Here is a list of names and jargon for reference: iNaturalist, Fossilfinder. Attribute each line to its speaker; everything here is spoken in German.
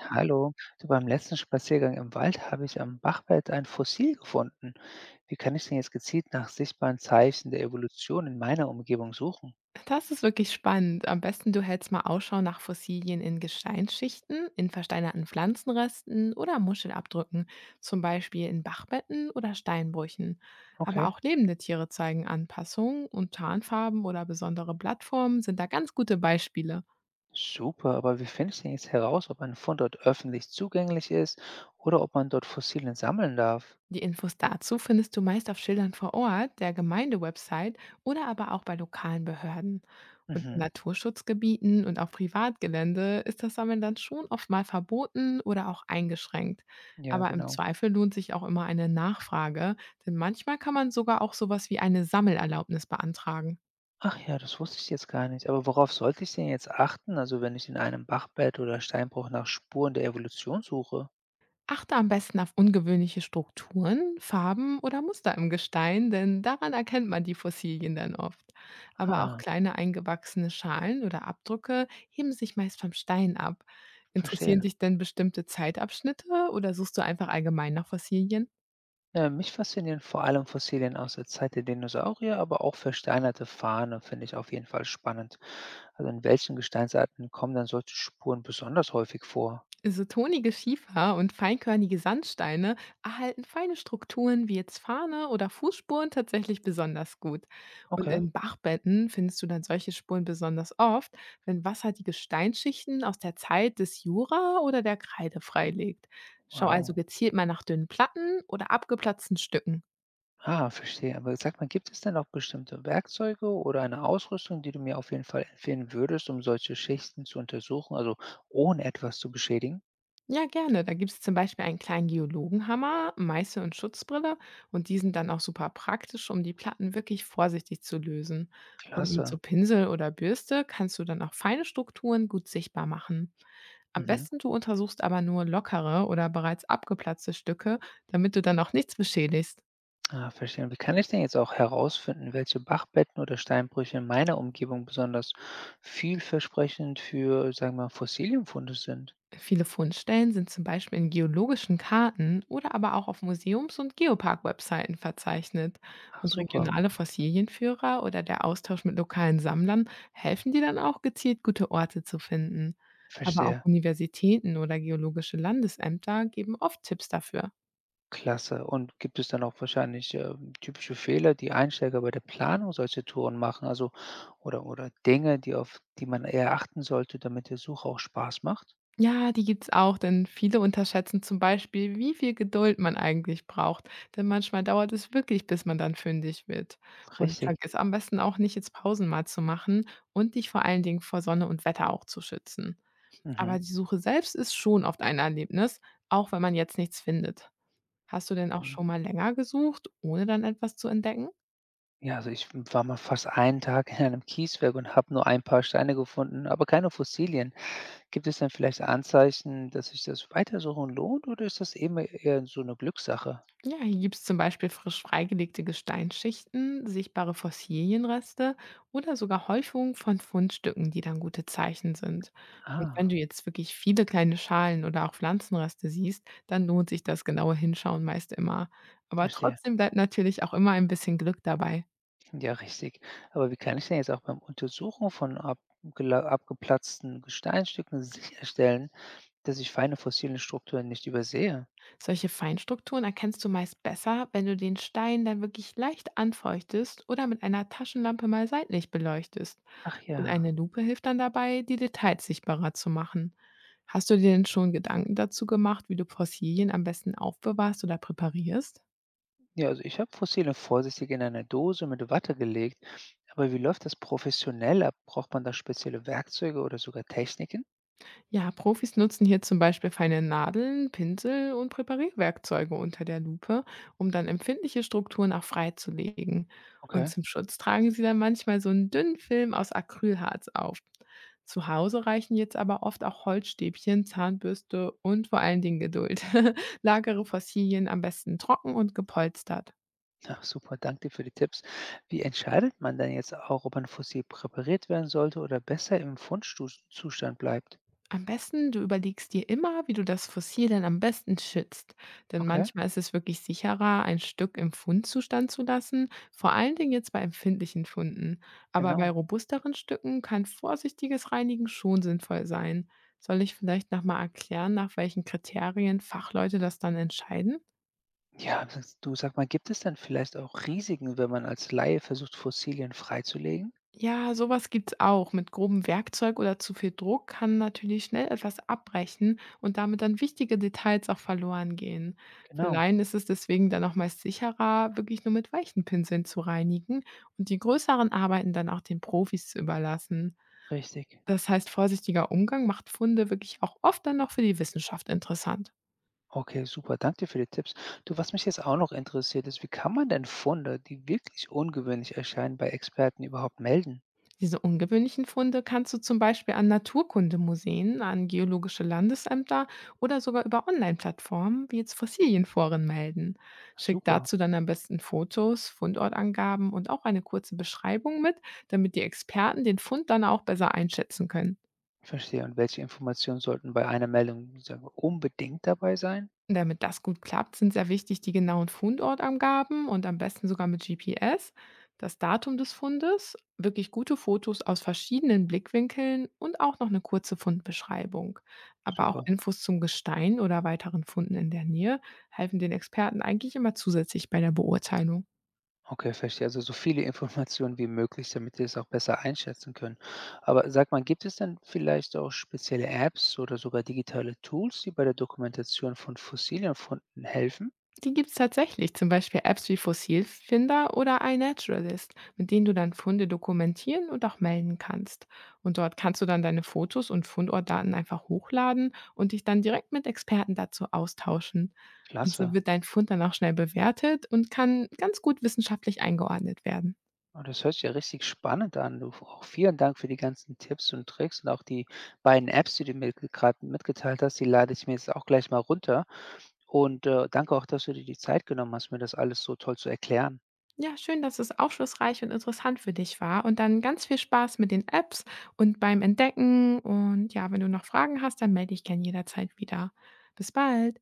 Speaker 1: Hallo, du, beim letzten Spaziergang im Wald habe ich am Bachbett ein Fossil gefunden. Wie kann ich denn jetzt gezielt nach sichtbaren Zeichen der Evolution in meiner Umgebung suchen?
Speaker 2: Das ist wirklich spannend. Am besten du hältst mal Ausschau nach Fossilien in Gesteinsschichten, in versteinerten Pflanzenresten oder Muschelabdrücken, zum Beispiel in Bachbetten oder Steinbrüchen. Aber
Speaker 1: Okay,
Speaker 2: auch lebende Tiere zeigen Anpassungen und Tarnfarben oder besondere Blattformen sind da ganz gute Beispiele.
Speaker 1: super, aber wie finde ich denn jetzt heraus, ob ein Fundort öffentlich zugänglich ist oder ob man dort Fossilien sammeln darf?
Speaker 2: Die Infos dazu findest du meist auf Schildern vor Ort, der Gemeindewebsite oder aber auch bei lokalen Behörden. Und in
Speaker 1: Mhm,
Speaker 2: Naturschutzgebieten und auf Privatgelände ist das Sammeln dann schon oft mal verboten oder auch eingeschränkt.
Speaker 1: ja,
Speaker 2: Aber im
Speaker 1: genau.
Speaker 2: Zweifel lohnt sich auch immer eine Nachfrage, denn manchmal kann man sogar auch sowas wie eine Sammelerlaubnis beantragen.
Speaker 1: Ach ja, das wusste ich jetzt gar nicht. Aber worauf sollte ich denn jetzt achten, also wenn ich in einem Bachbett oder Steinbruch nach Spuren der Evolution suche?
Speaker 2: Achte am besten auf ungewöhnliche Strukturen, Farben oder Muster im Gestein, denn daran erkennt man die Fossilien dann oft. Aber auch
Speaker 1: Ah,
Speaker 2: kleine eingewachsene Schalen oder Abdrücke heben sich meist vom Stein ab. Interessieren
Speaker 1: verstehe.
Speaker 2: dich denn bestimmte Zeitabschnitte oder suchst du einfach allgemein nach Fossilien?
Speaker 1: Mich faszinieren vor allem Fossilien aus der Zeit der Dinosaurier, aber auch versteinerte Farne finde ich auf jeden Fall spannend. Also in welchen Gesteinsarten kommen dann solche Spuren besonders häufig vor?
Speaker 2: Isotonige Schiefer und feinkörnige Sandsteine erhalten feine Strukturen wie jetzt Fahne oder Fußspuren tatsächlich besonders gut. Und
Speaker 1: Okay,
Speaker 2: in Bachbetten findest du dann solche Spuren besonders oft, wenn Wasser die Gesteinsschichten aus der Zeit des Jura oder der Kreide freilegt. Schau also
Speaker 1: wow.
Speaker 2: gezielt mal nach dünnen Platten oder abgeplatzten Stücken.
Speaker 1: Ah, verstehe. Aber sag mal, gibt es denn auch bestimmte Werkzeuge oder eine Ausrüstung, die du mir auf jeden Fall empfehlen würdest, um solche Schichten zu untersuchen, also ohne etwas zu beschädigen?
Speaker 2: Ja, gerne. Da gibt es zum Beispiel einen kleinen Geologenhammer, Meißel und Schutzbrille und die sind dann auch super praktisch, um die Platten wirklich vorsichtig zu lösen. Und mit
Speaker 1: Klasse.
Speaker 2: so Pinsel oder Bürste kannst du dann auch feine Strukturen gut sichtbar machen. Am
Speaker 1: Mhm.
Speaker 2: besten du untersuchst aber nur lockere oder bereits abgeplatzte Stücke, damit du dann auch nichts beschädigst.
Speaker 1: Ah, verstehe. Und wie kann ich denn jetzt auch herausfinden, welche Bachbetten oder Steinbrüche in meiner Umgebung besonders vielversprechend für, sagen wir mal, Fossilienfunde sind?
Speaker 2: Viele Fundstellen sind zum Beispiel in geologischen Karten oder aber auch auf Museums- und Geopark-Webseiten verzeichnet.
Speaker 1: Ach,
Speaker 2: Und
Speaker 1: super.
Speaker 2: regionale Fossilienführer oder der Austausch mit lokalen Sammlern helfen dir dann auch gezielt, gute Orte zu finden. Aber auch
Speaker 1: Verstehe.
Speaker 2: Universitäten oder geologische Landesämter geben oft Tipps dafür.
Speaker 1: Klasse. Und gibt es dann auch wahrscheinlich typische Fehler, die Einsteiger bei der Planung solcher Touren machen? Also, oder Dinge, die auf die man eher achten sollte, damit der Suche auch Spaß macht?
Speaker 2: Ja, die gibt's auch, denn viele unterschätzen zum Beispiel, wie viel Geduld man eigentlich braucht. Denn manchmal dauert es wirklich, bis man dann fündig wird. Und
Speaker 1: Richtig.
Speaker 2: vergiss am besten auch nicht, jetzt Pausen mal zu machen und dich vor allen Dingen vor Sonne und Wetter auch zu schützen.
Speaker 1: Mhm.
Speaker 2: Aber die Suche selbst ist schon oft ein Erlebnis, auch wenn man jetzt nichts findet. Hast du denn auch
Speaker 1: Genau.
Speaker 2: schon mal länger gesucht, ohne dann etwas zu entdecken?
Speaker 1: Ja, also ich war mal fast einen Tag in einem Kieswerk und habe nur ein paar Steine gefunden, aber keine Fossilien. Gibt es dann vielleicht Anzeichen, dass sich das Weitersuchen lohnt oder ist das eben eher so eine Glückssache?
Speaker 2: Ja, hier gibt es zum Beispiel frisch freigelegte Gesteinsschichten, sichtbare Fossilienreste oder sogar Häufungen von Fundstücken, die dann gute Zeichen sind. Und wenn
Speaker 1: Ah,
Speaker 2: du jetzt wirklich viele kleine Schalen oder auch Pflanzenreste siehst, dann lohnt sich das genaue Hinschauen meist immer. Aber
Speaker 1: verstehe.
Speaker 2: trotzdem bleibt natürlich auch immer ein bisschen Glück dabei.
Speaker 1: Ja, richtig. Aber wie kann ich denn jetzt auch beim Untersuchen von abgela abgeplatzten Gesteinstücken sicherstellen, dass ich feine fossile Strukturen nicht übersehe?
Speaker 2: Solche Feinstrukturen erkennst du meist besser, wenn du den Stein dann wirklich leicht anfeuchtest oder mit einer Taschenlampe mal seitlich beleuchtest.
Speaker 1: Ach
Speaker 2: Und
Speaker 1: ja.
Speaker 2: eine Lupe hilft dann dabei, die Details sichtbarer zu machen. Hast du dir denn schon Gedanken dazu gemacht, wie du Fossilien am besten aufbewahrst oder präparierst?
Speaker 1: Ja, also ich habe Fossile vorsichtig in eine Dose mit Watte gelegt, aber wie läuft das professionell ab? Braucht man da spezielle Werkzeuge oder sogar Techniken?
Speaker 2: Ja, Profis nutzen hier zum Beispiel feine Nadeln, Pinsel und Präparierwerkzeuge unter der Lupe, um dann empfindliche Strukturen auch freizulegen. Und
Speaker 1: Okay.
Speaker 2: zum Schutz tragen sie dann manchmal so einen dünnen Film aus Acrylharz auf. Zu Hause reichen jetzt aber oft auch Holzstäbchen, Zahnbürste und vor allen Dingen Geduld. Lagere Fossilien am besten trocken und gepolstert.
Speaker 1: Ach super, danke dir für die Tipps. Wie entscheidet man denn jetzt auch, ob ein Fossil präpariert werden sollte oder besser im Fundzustand bleibt?
Speaker 2: Am besten, du überlegst dir immer, wie du das Fossil denn am besten schützt. Denn
Speaker 1: Okay,
Speaker 2: manchmal ist es wirklich sicherer, ein Stück im Fundzustand zu lassen, vor allen Dingen jetzt bei empfindlichen Funden. Aber bei
Speaker 1: genau.
Speaker 2: robusteren Stücken kann vorsichtiges Reinigen schon sinnvoll sein. Soll ich vielleicht nochmal erklären, nach welchen Kriterien Fachleute das dann entscheiden?
Speaker 1: Ja, sag mal, gibt es dann vielleicht auch Risiken, wenn man als Laie versucht, Fossilien freizulegen?
Speaker 2: Ja, sowas gibt's auch. Mit grobem Werkzeug oder zu viel Druck kann natürlich schnell etwas abbrechen und damit dann wichtige Details auch verloren gehen. Für
Speaker 1: Genau,
Speaker 2: Laien ist es deswegen dann auch meist sicherer, wirklich nur mit weichen Pinseln zu reinigen und die größeren Arbeiten dann auch den Profis zu überlassen.
Speaker 1: richtig.
Speaker 2: Das heißt, vorsichtiger Umgang macht Funde wirklich auch oft dann noch für die Wissenschaft interessant.
Speaker 1: Okay, super, danke dir für die Tipps. Du, was mich jetzt auch noch interessiert ist, wie kann man denn Funde, die wirklich ungewöhnlich erscheinen, bei Experten überhaupt melden?
Speaker 2: Diese ungewöhnlichen Funde kannst du zum Beispiel an Naturkundemuseen, an geologische Landesämter oder sogar über Online-Plattformen wie jetzt Fossilienforen melden. Schick
Speaker 1: Super,
Speaker 2: dazu dann am besten Fotos, Fundortangaben und auch eine kurze Beschreibung mit, damit die Experten den Fund dann auch besser einschätzen können.
Speaker 1: verstehe. Und welche Informationen sollten bei einer Meldung sagen wir, unbedingt dabei sein?
Speaker 2: Damit das gut klappt, sind sehr wichtig die genauen Fundortangaben und am besten sogar mit GPS, das Datum des Fundes, wirklich gute Fotos aus verschiedenen Blickwinkeln und auch noch eine kurze Fundbeschreibung. Aber auch
Speaker 1: Super.
Speaker 2: Infos zum Gestein oder weiteren Funden in der Nähe helfen den Experten eigentlich immer zusätzlich bei der Beurteilung.
Speaker 1: Okay, verstehe. Also so viele Informationen wie möglich, damit wir es auch besser einschätzen können. Aber sag mal, gibt es denn vielleicht auch spezielle Apps oder sogar digitale Tools, die bei der Dokumentation von Fossilienfunden helfen?
Speaker 2: Die gibt es tatsächlich, zum Beispiel Apps wie Fossilfinder oder iNaturalist, mit denen du dann Funde dokumentieren und auch melden kannst. Und dort kannst du dann deine Fotos und Fundortdaten einfach hochladen und dich dann direkt mit Experten dazu austauschen. Und so
Speaker 1: Klasse.
Speaker 2: wird dein Fund dann auch schnell bewertet und kann ganz gut wissenschaftlich eingeordnet werden.
Speaker 1: Oh, das hört sich ja richtig spannend an. Du, auch vielen Dank für die ganzen Tipps und Tricks und auch die beiden Apps, die du mir gerade mitgeteilt hast, die lade ich mir jetzt auch gleich mal runter. Und danke auch, dass du dir die Zeit genommen hast, mir das alles so toll zu erklären.
Speaker 2: Ja, schön, dass es aufschlussreich und interessant für dich war. Und dann ganz viel Spaß mit den Apps und beim Entdecken. Und ja, wenn du noch Fragen hast, dann melde dich gern jederzeit wieder. Bis bald.